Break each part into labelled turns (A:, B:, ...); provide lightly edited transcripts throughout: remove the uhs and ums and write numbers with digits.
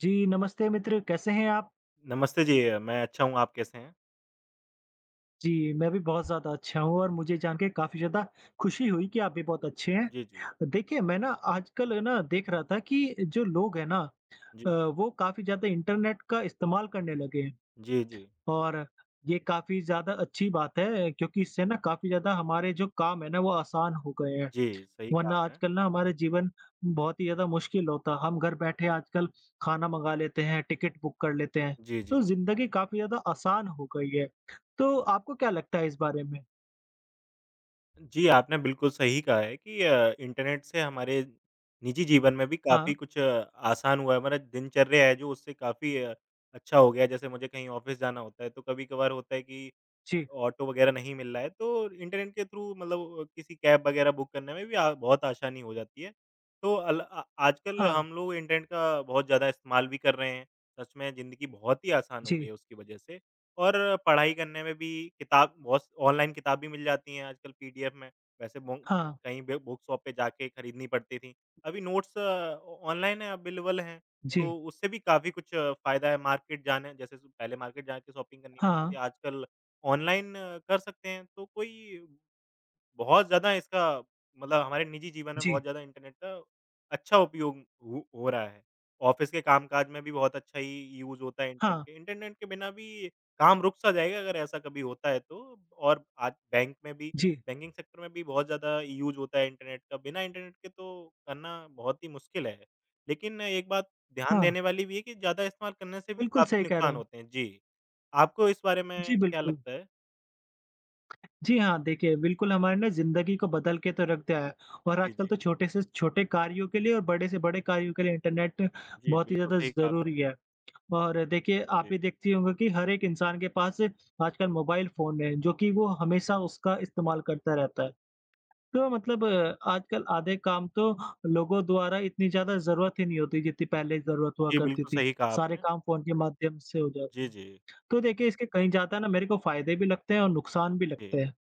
A: जी, नमस्ते मित्र, कैसे हैं आप?
B: नमस्ते जी, मैं अच्छा हूँ, आप कैसे हैं?
A: जी, मैं भी बहुत ज़्यादा अच्छा हूँ और मुझे जान के काफ़ी ज़्यादा खुशी हुई कि आप भी बहुत अच्छे
B: जी, जी।
A: हैं। देखिए, मैं ना आजकल ना देख रहा था कि जो लोग हैं ना अ,
B: जी।
A: वो काफ़ी ज़्यादा इंटरनेट का इस्तेमाल करने लगे हैं
B: जी, जी।
A: और ये काफ़ी ज़्यादा अच्छी बात है क्योंकि इससे ना काफ़ी ज़्यादा हमारे जो काम है ना, वो आसान हो गए हैं।
B: जी, सही कहा
A: वरना
B: आपने।
A: आजकल ना हमारे जीवन बहुत ही ज़्यादा मुश्किल होता। हम घर बैठे आजकल खाना मँगा लेते हैं, टिकट बुक कर लेते हैं,
B: जी, जी।
A: तो ज़िंदगी काफ़ी ज़्यादा आसान हो गई है। तो आपको क्या लगता है इस बारे में?
B: जी, आपने बिल्कुल सही कहा है कि इंटरनेट से हमारे निजी जीवन में भी
A: हाँ,
B: काफ़ी कुछ आसान हुआ है, हमारा दिनचर्या है जो उससे काफ़ी अच्छा हो गया है। जैसे मुझे कहीं ऑफ़िस जाना होता है, तो कभी-कभार होता है कि
A: जी,
B: ऑटो वगैरह नहीं मिल रहा है, तो इंटरनेट के थ्रू मतलब किसी कैब वगैरह बुक करने में भी आ बहुत आसानी हो जाती है। तो आजकल
A: हाँ,
B: हम लोग इंटरनेट का बहुत ज़्यादा इस्तेमाल भी कर रहे हैं। सच में ज़िंदगी बहुत ही आसान हो गई
A: जी,
B: है उसकी वजह से और पढ़ाई करने में भी किताब बहुत ऑनलाइन किताब भी मिल जाती हैं आजकल पीडीएफ में। वैसे बो
A: हाँ,
B: कहीं पे बुक शॉप पे जाके खरीदनी पड़ती थी। अभी नोट्स ऑनलाइन अवेलेबल हैं,
A: जी,
B: तो उससे भी काफ़ी कुछ फ़ायदा है। मार्केट जाने जैसे पहले मार्केट जाके शॉपिंग करनी
A: हाँ,
B: पड़ती थी, आजकल ऑनलाइन कर सकते हैं, तो कोई बहुत ज़्यादा इसका मतलब हमारे निजी जीवन में
A: जी,
B: बहुत ज़्यादा इंटरनेट का अच्छा उपयोग हो रहा है। ऑफ़िस के कामकाज में भी बहुत अच्छा ही यूज़ होता है इंटरनेट
A: हाँ,
B: के। इंटरनेट के बिना भी काम रुक सा जाएगा अगर ऐसा कभी होता है तो और आज बैंक में भी
A: जी,
B: बैंकिंग सेक्टर में भी बहुत ज़्यादा यूज़ होता है इंटरनेट का। बिना इंटरनेट के तो करना बहुत ही मुश्किल है। लेकिन एक बात ध्यान
A: हाँ।
B: देने वाली भी है कि ज़्यादा इस्तेमाल करने से भी
A: बिल्कुल
B: काफ़ी
A: सही कह रहे
B: नुकसान
A: हो।
B: होते हैं। जी, आपको इस बारे में
A: जी,
B: क्या
A: बिल्कुल।
B: लगता है?
A: जी हाँ, देखिए बिल्कुल हमारे ना ज़िंदगी को बदल के तो रख दिया है और
B: जी,
A: आजकल
B: जी।
A: तो छोटे से छोटे कार्यों के लिए और बड़े से बड़े कार्यों के लिए इंटरनेट
B: जी,
A: बहुत ही
B: बिल्कुल
A: ज़्यादा
B: सही कहा आपने।
A: ज़रूरी है। और देखिए,
B: जी।
A: आप ये देखती होंगी कि हर एक इंसान के पास आजकल मोबाइल फ़ोन है, जो कि वो हमेशा उसका इस्तेमाल करता रहता है। तो मतलब आजकल आधे काम तो लोगों द्वारा इतनी ज़्यादा ज़रूरत ही नहीं होती, जितनी पहले ज़रूरत हुआ
B: जी,
A: करती
B: बिल्कुल
A: थी।
B: सही कहा
A: सारे
B: आपने।
A: काम फ़ोन के माध्यम से हो जाते
B: जी,
A: हैं।
B: जी।
A: तो देखिए, इसके कहीं ज़्यादा ना मेरे को फ़ायदे भी लगते हैं और नुकसान भी
B: जी।
A: लगते हैं,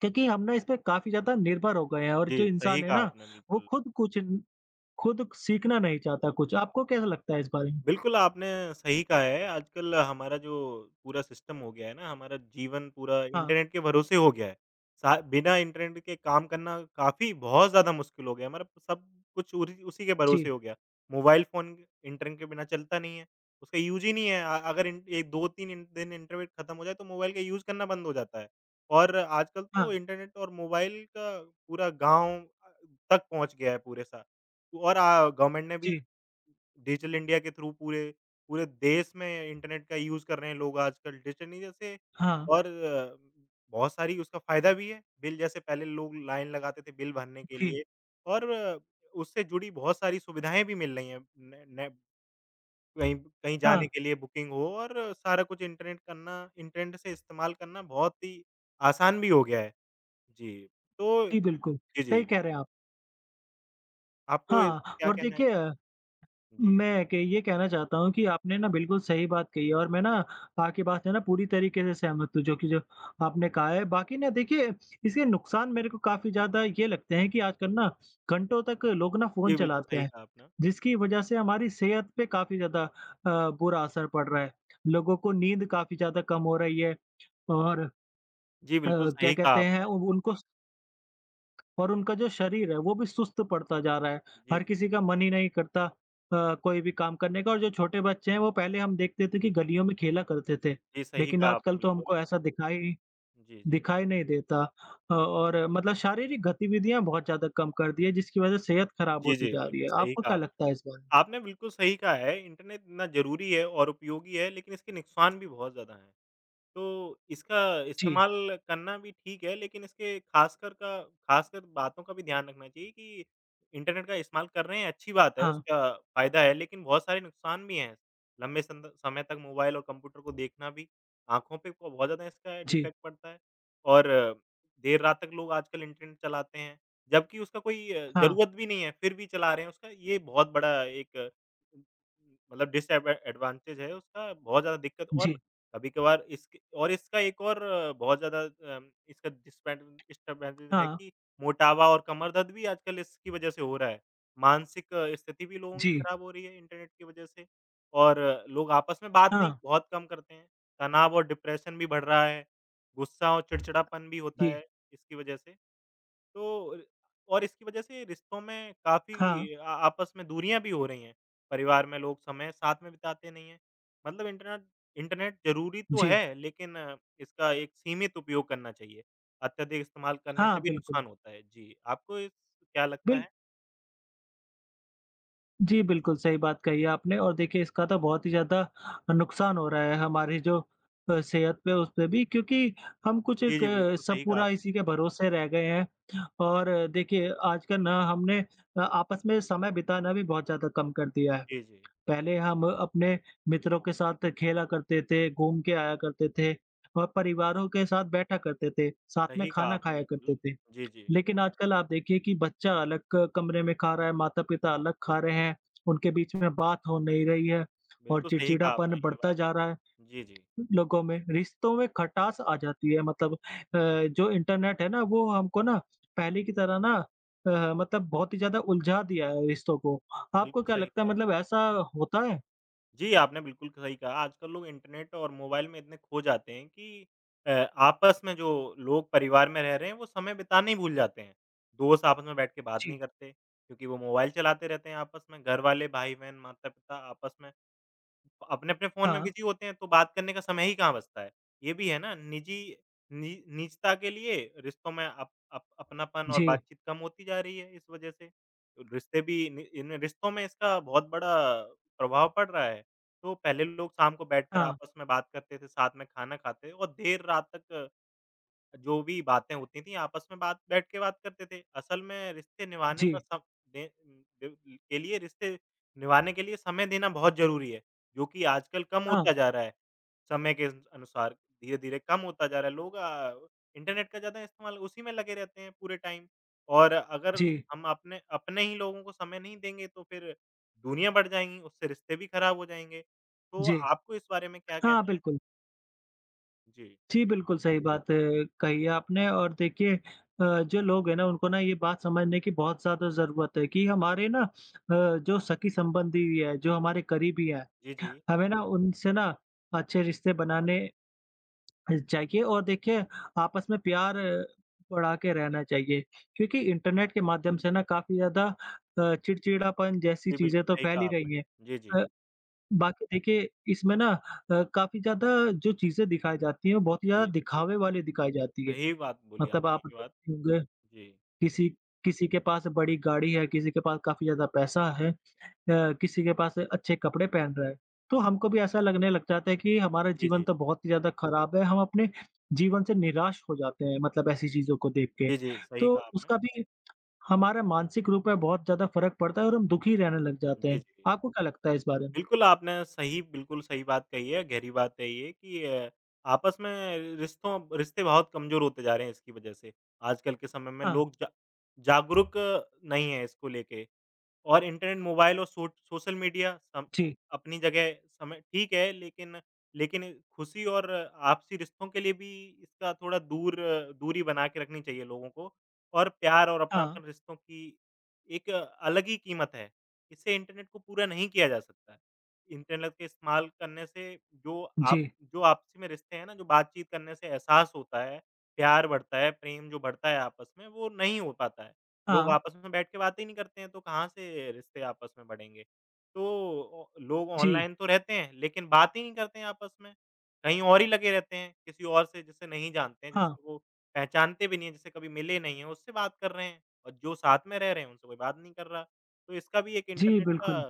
A: क्योंकि हम ना इस पे काफ़ी ज़्यादा निर्भर हो गए हैं और जो
B: जी,
A: इंसान
B: सही
A: है
B: कहा
A: ना,
B: आपने
A: वो
B: बिल्कुल।
A: खुद कुछ खुद सीखना नहीं चाहता कुछ। आपको कैसा लगता है इस बारे में?
B: बिल्कुल, आपने सही कहा है। आजकल हमारा जो पूरा सिस्टम हो गया है ना, हमारा जीवन पूरा
A: हाँ,
B: इंटरनेट के भरोसे हो गया है। सा बिना इंटरनेट के काम करना काफ़ी बहुत ज़्यादा मुश्किल हो गया है। हमारा सब कुछ उरी उसी के भरोसे
A: जी।
B: हो गया। मोबाइल फ़ोन इंटरनेट के बिना चलता नहीं है, उसका यूज़ ही नहीं है। अगर इन 1-2-3 इन दिन इंटरनेट खत्म हो जाए, तो मोबाइल का यूज़ करना बंद हो जाता है। और आजकल
A: हाँ,
B: तो इंटरनेट और मोबाइल का पूरा गाँव तक पहुँच गया है पूरे सा और गवर्नमेंट ने भी
A: जी।
B: डिजिटल इंडिया के थ्रू पूरे पूरे देश में इंटरनेट का यूज़ कर रहे हैं लोग आजकल डिजिटल इंडिया से
A: हाँ।
B: और बहुत सारी उसका फ़ायदा भी है। बिल जैसे पहले लोग लाइन लगाते थे बिल भरने के
A: जी,
B: लिए और उससे जुड़ी बहुत सारी सुविधाएँ भी मिल रही हैं। न न कहीं कहीं जाने
A: हाँ,
B: के लिए बुकिंग हो और सारा कुछ इंटरनेट करना इंटरनेट से इस्तेमाल करना बहुत ही आसान भी हो गया है। जी, तो
A: जी
B: जी,
A: बिल्कुल, सही
B: जी।
A: कह रहे हैं आप।
B: आपको इस-
A: हाँ,
B: क्या
A: और
B: कहना है?
A: देखिए
B: जी।
A: मैं के ये कहना चाहता हूँ कि आपने ना बिल्कुल सही बात कही है और मैं ना आपकी बात से ना पूरी तरीके से सहमत हूँ, जो कि जो आपने कहा है। बाकी ना देखिए इसके नुकसान मेरे को काफ़ी ज़्यादा ये लगते हैं कि आजकल ना घंटों तक लोग ना फ़ोन
B: जी, बिल्कुल
A: चलाते
B: सही
A: हैं,
B: कहा आपने।
A: जिसकी वजह से हमारी सेहत पे काफ़ी ज़्यादा बुरा असर पड़ रहा है। लोगों को नींद काफ़ी ज़्यादा कम हो रही है और
B: जी,
A: अ,
B: बिल्कुल
A: क्या
B: सही कहा
A: कहते हैं
B: आपने।
A: उ उनको और उनका जो शरीर है वो भी सुस्त पड़ता जा रहा है।
B: जी,
A: हर
B: जी।
A: किसी का मन ही नहीं करता कोई भी काम करने का और जो छोटे बच्चे हैं वो पहले हम देखते थे कि गलियों में खेला करते थे।
B: जी, सही
A: लेकिन
B: कहा आपने
A: आजकल तो
B: बिल्कुल।
A: हमको ऐसा दिखाई
B: जी, जी।
A: दिखाई नहीं देता और मतलब शारीरिक गतिविधियाँ बहुत ज़्यादा कम कर दी है जिसकी वज़ह से सेहत ख़राब
B: जी,
A: होती
B: जी,
A: जा रही
B: बिल्कुल
A: है।
B: सही
A: आपको
B: कहा
A: क्या
B: आप
A: लगता है इस बारे में?
B: आपने बिल्कुल सही कहा है, इंटरनेट ना ज़रूरी है और उपयोगी है, लेकिन इसके नुकसान भी बहुत ज़्यादा हैं। तो इसका
A: जी,
B: इस्तेमाल करना भी ठीक है, लेकिन इसके ख़ासकर बातों का भी ध्यान रखना चाहिए कि इंटरनेट का इस्तेमाल कर रहे हैं, अच्छी बात है,
A: हाँ,
B: उसका फ़ायदा है, लेकिन बहुत सारे नुकसान भी हैं। लंबे संद समय तक मोबाइल और कंप्यूटर को देखना भी आँखों पे को बहुत ज़्यादा इसका
A: जी,
B: डिफ़ेक्ट पड़ता है और देर रात तक लोग आजकल इंटरनेट चलाते हैं, जबकि उसका कोई
A: हाँ,
B: ज़रूरत भी नहीं है, फिर भी चला रहे हैं उसका ये बहुत बड़ा एक मतलब डिसएब एडवांटेज है उसका, बहुत ज़्यादा दिक्कत और
A: जी,
B: कभी-कभार इसके और इसका एक और बहुत ज़्यादा इसका डिस्पेंड डिस्टर्बेंसेस है
A: हाँ,
B: कि मोटापा और कमर दर्द भी आजकल इसकी वजह से हो रहा है। मानसिक स्थिति भी लोगों की
A: जी,
B: खराब हो रही है इंटरनेट की वजह से और लोग आपस में बात नहीं
A: हाँ,
B: बहुत कम करते हैं। तनाव और डिप्रेशन भी बढ़ रहा है। गुस्सा और चिड़चिड़ापन भी होता
A: जी,
B: है इसकी वजह से। तो र और इसकी वजह से रिश्तों में
A: हाँ,
B: काफ़ी आ आपस में दूरियाँ भी हो रही हैं। परिवार में लोग समय साथ में बिताते नहीं हैं। मतलब इंटरनेट इंटरनेट ज़रूरी तो
A: जी,
B: है, लेकिन इसका एक सीमित उपयोग करना चाहिए। अत्यधिक इस्तेमाल करने
A: हाँ,
B: से भी
A: बिल्कुल,
B: नुकसान होता है। जी, आपको इस क्या लगता
A: बिल
B: है?
A: जी, बिल्कुल सही बात कही आपने और देखिए इसका तो बहुत ही ज़्यादा नुकसान हो रहा है हमारी जो सेहत पे उस पे भी क्योंकि हम कुछ
B: जी,
A: एक
B: जी, बिल्कुल
A: सब
B: सही कहा
A: पूरा
B: आपने।
A: इसी के भरोसे रह गए हैं और देखिए आजकल ना हमने आपस में समय बिताना भी बहुत ज़्यादा कम कर दिया है।
B: जी, जी,
A: पहले हम अपने मित्रों के साथ खेला करते थे, घूम के आया करते थे और परिवारों के साथ बैठा करते थे, साथ में
B: सही कहा
A: खाना
B: आपने
A: खाया
B: बिल्कुल।
A: करते थे।
B: जी, जी,
A: लेकिन आजकल आप देखिए कि बच्चा अलग क कमरे में खा रहा है, माता-पिता अलग खा रहे हैं, उनके बीच में बात हो नहीं रही है और
B: बिल्कुल सही कहा
A: चिड़चिड़ापन
B: आपने ये
A: बढ़ता
B: बात।
A: जा रहा है
B: जी, जी,
A: लोगों में, रिश्तों में खटास आ जाती है मतलब जो इंटरनेट है ना वो हमको ना पहले की तरह ना अ, मतलब बहुत ही ज़्यादा उलझा दिया है रिश्तों को। आपको
B: बिल्कुल
A: क्या
B: सही
A: लगता है
B: कहा आपने।
A: मतलब ऐसा होता है?
B: जी, आपने बिल्कुल सही कहा। आजकल लोग इंटरनेट और मोबाइल में इतने खो जाते हैं कि आपस में जो लोग परिवार में रह रहे हैं, वो समय बिताना ही भूल जाते हैं। दोस्त आपस में बैठ के बात
A: जी।
B: नहीं करते, क्योंकि वो मोबाइल चलाते रहते हैं आपस में। घर वाले, भाई-बहन, माता-पिता आपस में अपने-अपने फ़ोन में
A: हाँ,
B: बिज़ी होते हैं, तो बात करने का समय ही कहाँ बचता है। ये भी है ना निजी नि निजता के लिए रिश्तों में अप अप अपनापन और
A: जी,
B: बातचीत कम होती जा रही है इस वजह से। रिश्ते भी नि इन रिश्तों में इसका बहुत बड़ा प्रभाव पड़ रहा है। तो पहले लोग शाम को बैठकर
A: हाँ,
B: आपस में बात करते थे, साथ में खाना खाते और देर रात तक जो भी बातें होती थी आपस में बात बैठ के बात करते थे। असल में रिश्ते निभाने का
A: जी,
B: सम दे दे के लिए रिश्ते निभाने के लिए समय देना बहुत ज़रूरी है, जो कि आजकल कम
A: हाँ,
B: होता जा रहा है। समय के अनुसार धीरे-धीरे कम होता जा रहा है। लोग इंटरनेट का ज़्यादा इस्तेमाल उसी में लगे रहते हैं पूरे टाइम और अगर
A: जी,
B: हम अपने अपने ही लोगों को समय नहीं देंगे तो फिर दूनिया बढ़ जाएँगी, उससे रिश्ते भी खराब हो जाएँगे। तो
A: जी,
B: आपको इस बारे में क्या
A: हाँ,
B: कहना है?
A: बिल्कुल।
B: जी।
A: जी, बिल्कुल सही बात कही है आपने और देखिए जो लोग हैं ना उनको ना ये बात समझने की बहुत ज़्यादा ज़रूरत है कि हमारे ना जो सगी संबंधी है, जो हमारे करीबी है,
B: जी, जी।
A: हमें ना उनसे ना अच्छे रिश्ते बनाने चाहिए और देखिए आपस में प्यार बढ़ा के रहना चाहिए। क्योंकि इंटरनेट के माध्यम से ना काफ़ी ज़्यादा चिड़चिड़ापन जैसी
B: जी,
A: चीज़ें
B: बिल्कुल
A: तो
B: सही
A: फैल
B: कहा
A: ही रही हैं।
B: आपने। जी, जी।
A: अ, बाकी देखिए इसमें ना काफ़ी ज़्यादा जो चीज़ें दिखाई जाती हैं वो बहुत ही ज़्यादा
B: जी,
A: दिखावे वाली दिखाई जाती है।
B: सही बात बोली
A: मतलब
B: आपने
A: आप
B: ये बात।
A: देखते होंगे
B: जी।
A: किसी किसी के पास बड़ी गाड़ी है, किसी के पास काफ़ी ज़्यादा पैसा है, किसी के पास अच्छे कपड़े पहन रहा है। तो हमको भी ऐसा लगने लग जाता है कि हमारा
B: जी,
A: जीवन
B: जी।
A: तो बहुत ही ज़्यादा खराब है, हम अपने जीवन से निराश हो जाते हैं मतलब ऐसी चीज़ों को देख के।
B: जी, जी, सही
A: तो
B: कहा आपने।
A: उसका भी हमारे मानसिक रूप में बहुत ज़्यादा फ़र्क पड़ता है और हम दुखी रहने लग जाते
B: जी,
A: हैं।
B: जी।
A: आपको क्या लगता है इस बारे में?
B: बिल्कुल, आपने सही बात कही है, गहरी बात है ये कि आपस में रिश्तों रिश्ते बहुत कमज़ोर होते जा रहे हैं इसकी वजह से। आजकल के समय में
A: हाँ,
B: लोग जा जागरूक नहीं है इसको लेके। और इंटरनेट, मोबाइल और सोट सोशल मीडिया सम
A: जी,
B: अपनी जगह समय ठीक है, लेकिन लेकिन खुशी और आपसी रिश्तों के लिए भी इसका थोड़ा दूर दूरी बना के रखनी चाहिए लोगों को और प्यार और
A: हाँ।
B: अपनापन रिश्तों की एक अलग ही कीमत है। इससे इंटरनेट को पूरा नहीं किया जा सकता है। इंटरनेट के इस्तेमाल करने से जो आप
A: जी,
B: जो आपसी में रिश्ते हैं ना, जो बातचीत करने से एहसास होता है, प्यार बढ़ता है, प्रेम जो बढ़ता है आपस में, वो नहीं हो पाता है। लोग
A: हाँ,
B: आपस में बैठ के बातें ही नहीं करते हैं, तो कहाँ से रिश्ते आपस में बढ़ेंगे? तो लोग
A: जी,
B: ऑनलाइन तो रहते हैं, लेकिन बात ही नहीं करते हैं आपस में। कहीं और ही लगे रहते हैं, किसी और से जिसे नहीं जानते हैं,
A: हाँ,
B: जिससे वो पहचानते भी नहीं हैं, जिससे कभी मिले नहीं हैं, उससे बात कर रहे हैं और जो साथ में रह रहे हैं, उनसे कोई बात नहीं कर रहा। तो इसका भी एक
A: जी,
B: इंटरनेट का
A: बिल्कुल,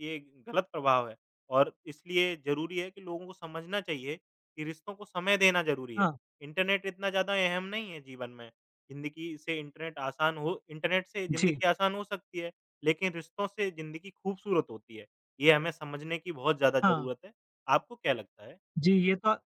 B: ये गलत प्रभाव है और इसलिए ज़रूरी है कि लोगों को समझना चाहिए कि रिश्तों को समय देना ज़रूरी है।
A: हाँ,
B: इंटरनेट इतना ज़्यादा अहम नहीं है जीवन में। ज़िंदगी से इंटरनेट आसान हो इंटरनेट से
A: जी,
B: ज़िंदगी आसान हो सकती है, लेकिन रिश्तों से ज़िंदगी खूबसूरत होती है। ये हमें समझने की बहुत ज़्यादा
A: हाँ,
B: ज़रूरत है। आपको क्या लगता है?
A: जी, ये तो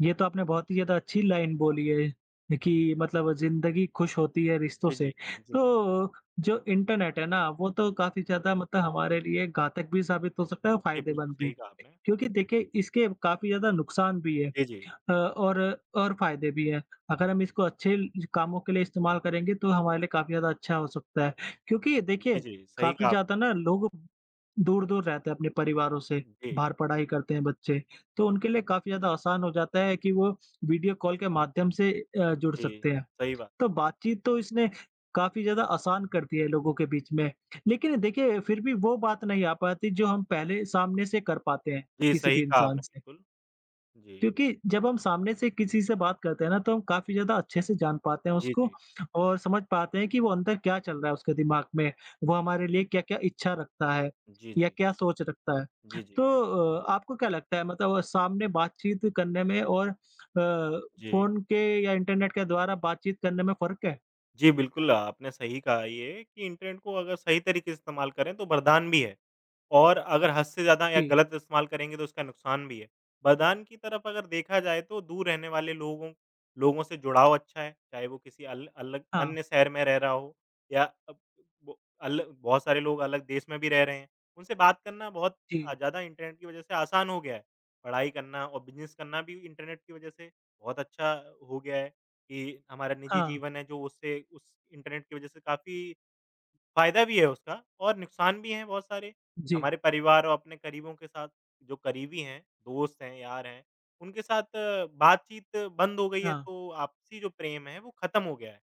A: ये तो आपने बहुत ही ज़्यादा अच्छी लाइन बोली है कि मतलब ज़िंदगी खुश होती है रिश्तों
B: जी,
A: से।
B: जी। जी, जी।
A: तो जो इंटरनेट है ना, वो तो काफ़ी ज़्यादा मतलब हमारे लिए घातक भी साबित हो सकता है और
B: जी, बिल्कुल
A: फ़ायदेमंद भी,
B: सही कहा आपने।
A: क्योंकि देखिए इसके काफ़ी ज़्यादा नुकसान भी है।
B: जी, जी।
A: और फ़ायदे भी हैं। अगर हम इसको अच्छे ल कामों के लिए इस्तेमाल करेंगे तो हमारे लिए काफ़ी ज़्यादा अच्छा हो सकता है। क्योंकि
B: जी,
A: देखिए
B: जी, सही
A: काफ़ी
B: कहा आपने।
A: ज़्यादा ना लोग दूर-दूर रहते हैं अपने परिवारों से,
B: जी,
A: बाहर पढ़ाई करते हैं बच्चे, तो
B: जी,
A: उनके लिए काफ़ी ज़्यादा आसान हो जाता है कि वो वीडियो कॉल के माध्यम से जुड़
B: जी,
A: सकते हैं।
B: सही बात।
A: तो बातचीत तो इसने काफ़ी ज़्यादा आसान कर दी है लोगों के बीच में। लेकिन देखिए फिर भी वो बात नहीं आ पाती जो हम पहले सामने से कर पाते हैं,
B: जी,
A: किसी भी
B: सही कहा
A: इंसान
B: आपने
A: से।
B: बिल्कुल। जी।
A: क्योंकि जब हम सामने से किसी से बात करते हैं ना, तो हम काफ़ी ज़्यादा अच्छे से जान पाते हैं
B: जी,
A: उसको
B: जी।
A: और समझ पाते हैं कि वो अंदर क्या चल रहा है उसके दिमाग में। वो हमारे लिए क्या-क्या इच्छा रखता है
B: जी,
A: या
B: जी।
A: क्या सोच रखता है।
B: जी,
A: तो
B: जी।
A: आपको क्या लगता है मतलब सामने बातचीत करने में और
B: जी।
A: फ़ोन के या इंटरनेट के द्वारा बातचीत करने में फ़र्क है?
B: जी, बिल्कुल, आपने सही कहा ये कि इंटरनेट को अगर सही तरीके से इस्तेमाल करें तो वरदान भी है और अगर हद से ज़्यादा या
A: जी,
B: गलत इस्तेमाल करेंगे तो उसका नुकसान भी है। वरदान की तरफ अगर देखा जाए तो दूर रहने वाले लोगों लोगों से जुड़ाव अच्छा है, चाहे वो किसी अल अलग
A: हाँ,
B: अन्य शहर में रह रहा हो या अब वो अल बहुत सारे लोग अलग देश में भी रह रहे हैं, उनसे बात करना बहुत
A: जी,
B: ज़्यादा इंटरनेट की वजह से आसान हो गया है। पढ़ाई करना और बिज़नेस करना भी इंटरनेट की वजह से बहुत अच्छा हो गया है कि हमारा निजी
A: हाँ,
B: जीवन है जो उससे उस इंटरनेट की वजह से काफ़ी फ़ायदा भी है उसका और नुकसान भी हैं बहुत सारे।
A: जी,
B: हमारे परिवार और अपने करीबों के साथ जो करीबी हैं, दोस्त हैं, यार हैं, उनके साथ बातचीत बंद हो गई है
A: हाँ,
B: तो आपसी जो प्रेम है वो ख़त्म हो गया है।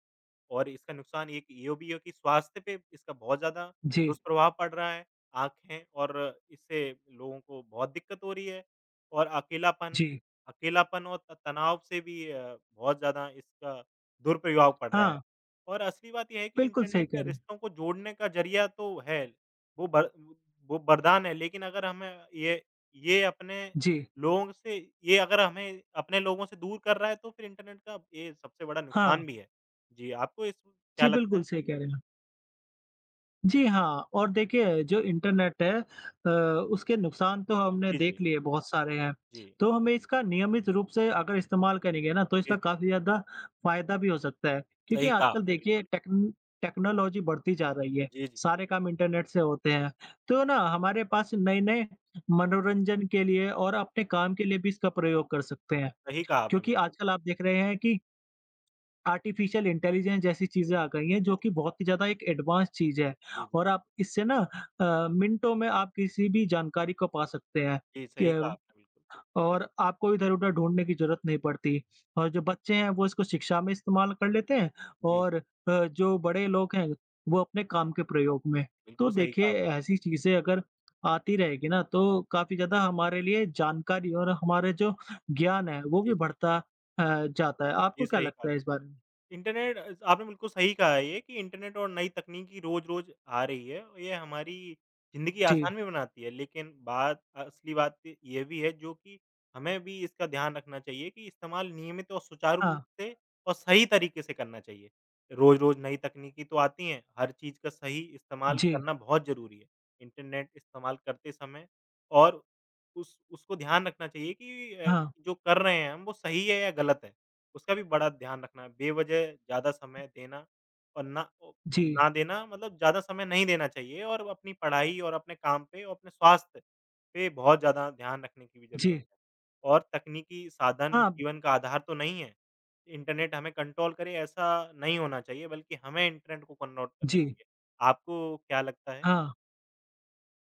B: और इसका नुकसान एक ये भी है कि स्वास्थ्य पे इसका बहुत ज़्यादा
A: जी,
B: दुष्प्रभाव पड़ रहा है। आँखें और इससे लोगों को बहुत दिक्कत हो रही है और अकेलापन
A: जी,
B: अकेलापन और त तनाव से भी बहुत ज़्यादा इसका दुरुपयोग पड़ रहा है।
A: हाँ,
B: और असली बात ये है कि
A: बिल्कुल सही
B: इंटरनेट
A: कह रहे हैं।
B: रिश्तों को जोड़ने का ज़रिया तो है। वो बर वो वरदान है, लेकिन अगर हमें ये अपने
A: जी,
B: लोगों से ये अगर हमें अपने लोगों से दूर कर रहा है, तो फिर इंटरनेट का ये सबसे बड़ा
A: हाँ,
B: नुकसान भी है। जी, आपको इस क्या
A: जी,
B: लगता
A: बिल्कुल
B: है?
A: सही कह रहे हैं। जी हाँ, और देखिए जो इंटरनेट है अ, उसके नुकसान तो हमने
B: जी,
A: देख
B: जी।
A: लिए बहुत सारे हैं।
B: जी,
A: तो हमें इसका नियमित रूप से अगर इस्तेमाल करेंगे ना तो
B: जी,
A: इसका
B: जी।
A: काफ़ी ज़्यादा फ़ायदा भी हो सकता है। क्योंकि
B: सही कहा
A: आजकल
B: आपने
A: देखिए
B: बिल्कुल।
A: टेक्नोलॉजी बढ़ती जा रही है,
B: जी, जी।
A: सारे काम इंटरनेट से होते हैं। तो ना हमारे पास नए-नए मनोरंजन के लिए और अपने काम के लिए भी इसका प्रयोग कर सकते हैं।
B: सही कहा आपने
A: क्योंकि
B: बिल्कुल।
A: आजकल आप देख रहे हैं कि आर्टिफ़िशियल इंटेलिजेंस जैसी चीज़ें आ गई हैं,
B: जी,
A: जो
B: जी।
A: कि बहुत ही ज़्यादा एक एडवांस चीज़ है
B: जी,
A: और
B: जी।
A: आप इससे ना मिनटों में आप किसी भी जानकारी को पा सकते हैं
B: जी, सही कहा
A: क
B: आपने बिल्कुल।
A: और आपको इधर-उधर ढूँढने की ज़रूरत नहीं पड़ती और जो बच्चे हैं, वो इसको शिक्षा में इस्तेमाल कर लेते हैं
B: जी, जी।
A: और जो बड़े लोग हैं, वो अपने काम के प्रयोग में। तो
B: बिल्कुल सही कहा
A: देखिए,
B: आपने।
A: ऐसी चीज़ें अगर आती रहेगी ना, तो काफ़ी ज़्यादा हमारे लिए जानकारी और हमारे जो ज्ञान है, वो भी
B: जी, जी।
A: बढ़ता जाता है। आपको
B: ये
A: क्या
B: सही कहा
A: लगता है
B: आपने।
A: इस बारे में?
B: इंटरनेट आपने बिल्कुल सही कहा है ये कि इंटरनेट और नई तकनीकी रोज़-रोज़ आ रही है। और ये हमारी ज़िंदगी
A: जी।
B: आसान भी बनाती है, लेकिन बात असली बात ये भी है जो कि हमें भी इसका ध्यान रखना चाहिए कि इस्तेमाल नियमित और सुचारू रूप
A: हाँ,
B: से और सही तरीके से करना चाहिए। रोज़-रोज़ नई तकनीकी तो आती हैं, हर चीज़ का सही इस्तेमाल
A: जी।
B: करना बहुत ज़रूरी है। इंटरनेट इस्तेमाल करते समय और उस उसको ध्यान रखना चाहिए कि
A: हाँ,
B: जो कर रहे हैं हम वो सही है या गलत है। उसका भी बड़ा ध्यान रखना है। बेवज़ह ज़्यादा समय देना और
A: जी,
B: ना देना मतलब ज़्यादा समय नहीं देना चाहिए और अपनी पढ़ाई और अपने काम पे और अपने स्वास्थ्य पे बहुत ज़्यादा ध्यान रखने की भी ज़रूरत
A: जी।
B: है। और तकनीकी साधन
A: हाँ,
B: जीवन का आधार तो नहीं है। इंटरनेट हमें कंट्रोल करे ऐसा नहीं होना चाहिए बल्कि हमें इंटरनेट को कंट्रोल करना
A: जी।
B: चाहिए। आपको क्या लगता है?
A: हाँ,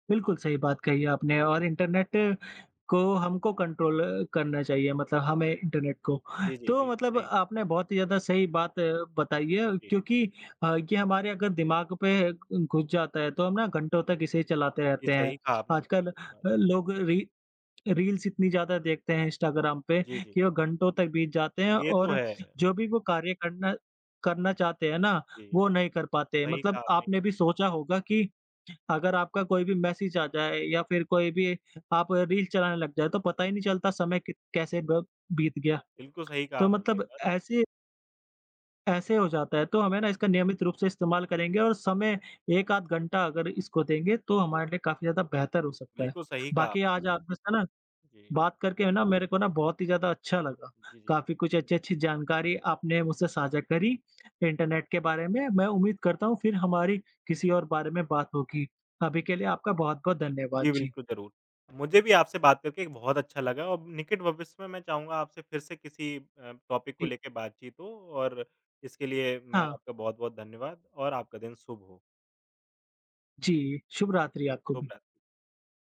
A: बिल्कुल सही बात कही आपने और इंटरनेट को हमको कंट्रोल करना चाहिए मतलब हमें इंटरनेट को।
B: जी, जी,
A: तो
B: बिल्कुल
A: मतलब
B: सही।
A: आपने बहुत ही ज़्यादा सही बात बताई है
B: जी,
A: क्योंकि ये हमारे अगर दिमाग पे घुस जाता है तो हम ना घंटों तक इसे चलाते
B: जी,
A: रहते हैं।
B: सही कहा आपने बिल्कुल
A: आजकल
B: ये बात।
A: लोग री रील्स इतनी ज़्यादा देखते हैं इंस्टाग्राम पे
B: जी, जी,
A: कि वो घंटों तक बीत जाते हैं
B: ये तो
A: और
B: है।
A: जो भी वो कार्य करना करना चाहते हैं ना,
B: जी,
A: वो नहीं कर पाते हैं।
B: सही
A: मतलब
B: कहा आपने ये
A: आपने भी सोचा होगा कि अगर आपका कोई भी मैसेज आ जाए या फिर कोई भी आप रील चलाने लग जाए तो पता ही नहीं चलता समय कित कैसे ब बीत गया।
B: बिल्कुल सही कहा
A: तो
B: आपने ये
A: मतलब
B: बात।
A: ऐसे ऐसे हो जाता है, तो हमें ना इसका नियमित रूप से इस्तेमाल करेंगे और समय 1 आध घंटा अगर इसको देंगे तो हमारे लिए काफ़ी ज़्यादा बेहतर हो सकता है।
B: बिल्कुल सही कहा
A: बाकी
B: आपने।
A: आज आपसे ना
B: जी।
A: बात करके है ना मेरे को ना बहुत ही ज़्यादा अच्छा लगा।
B: जी, जी।
A: काफ़ी कुछ अच्छी-अच्छी जानकारी आपने मुझसे साझा करी इंटरनेट के बारे में। मैं उम्मीद करता हूँ फिर हमारी किसी और बारे में बात होगी। अभी के लिए आपका बहुत-बहुत धन्यवाद।
B: जी,
A: जी।
B: बिल्कुल, ज़रूर। मुझे भी आपसे बात करके बहुत अच्छा लगा और निकट भविष्य में मैं चाहूँगा आपसे फिर से किसी टॉपिक को
A: जी।
B: लेके बातचीत हो और इसके लिए मैं
A: हाँ,
B: आपका बहुत-बहुत धन्यवाद और आपका दिन शुभ हो।
A: जी, शुभ रात्रि आपको
B: शुभ
A: भी।
B: रात्रि।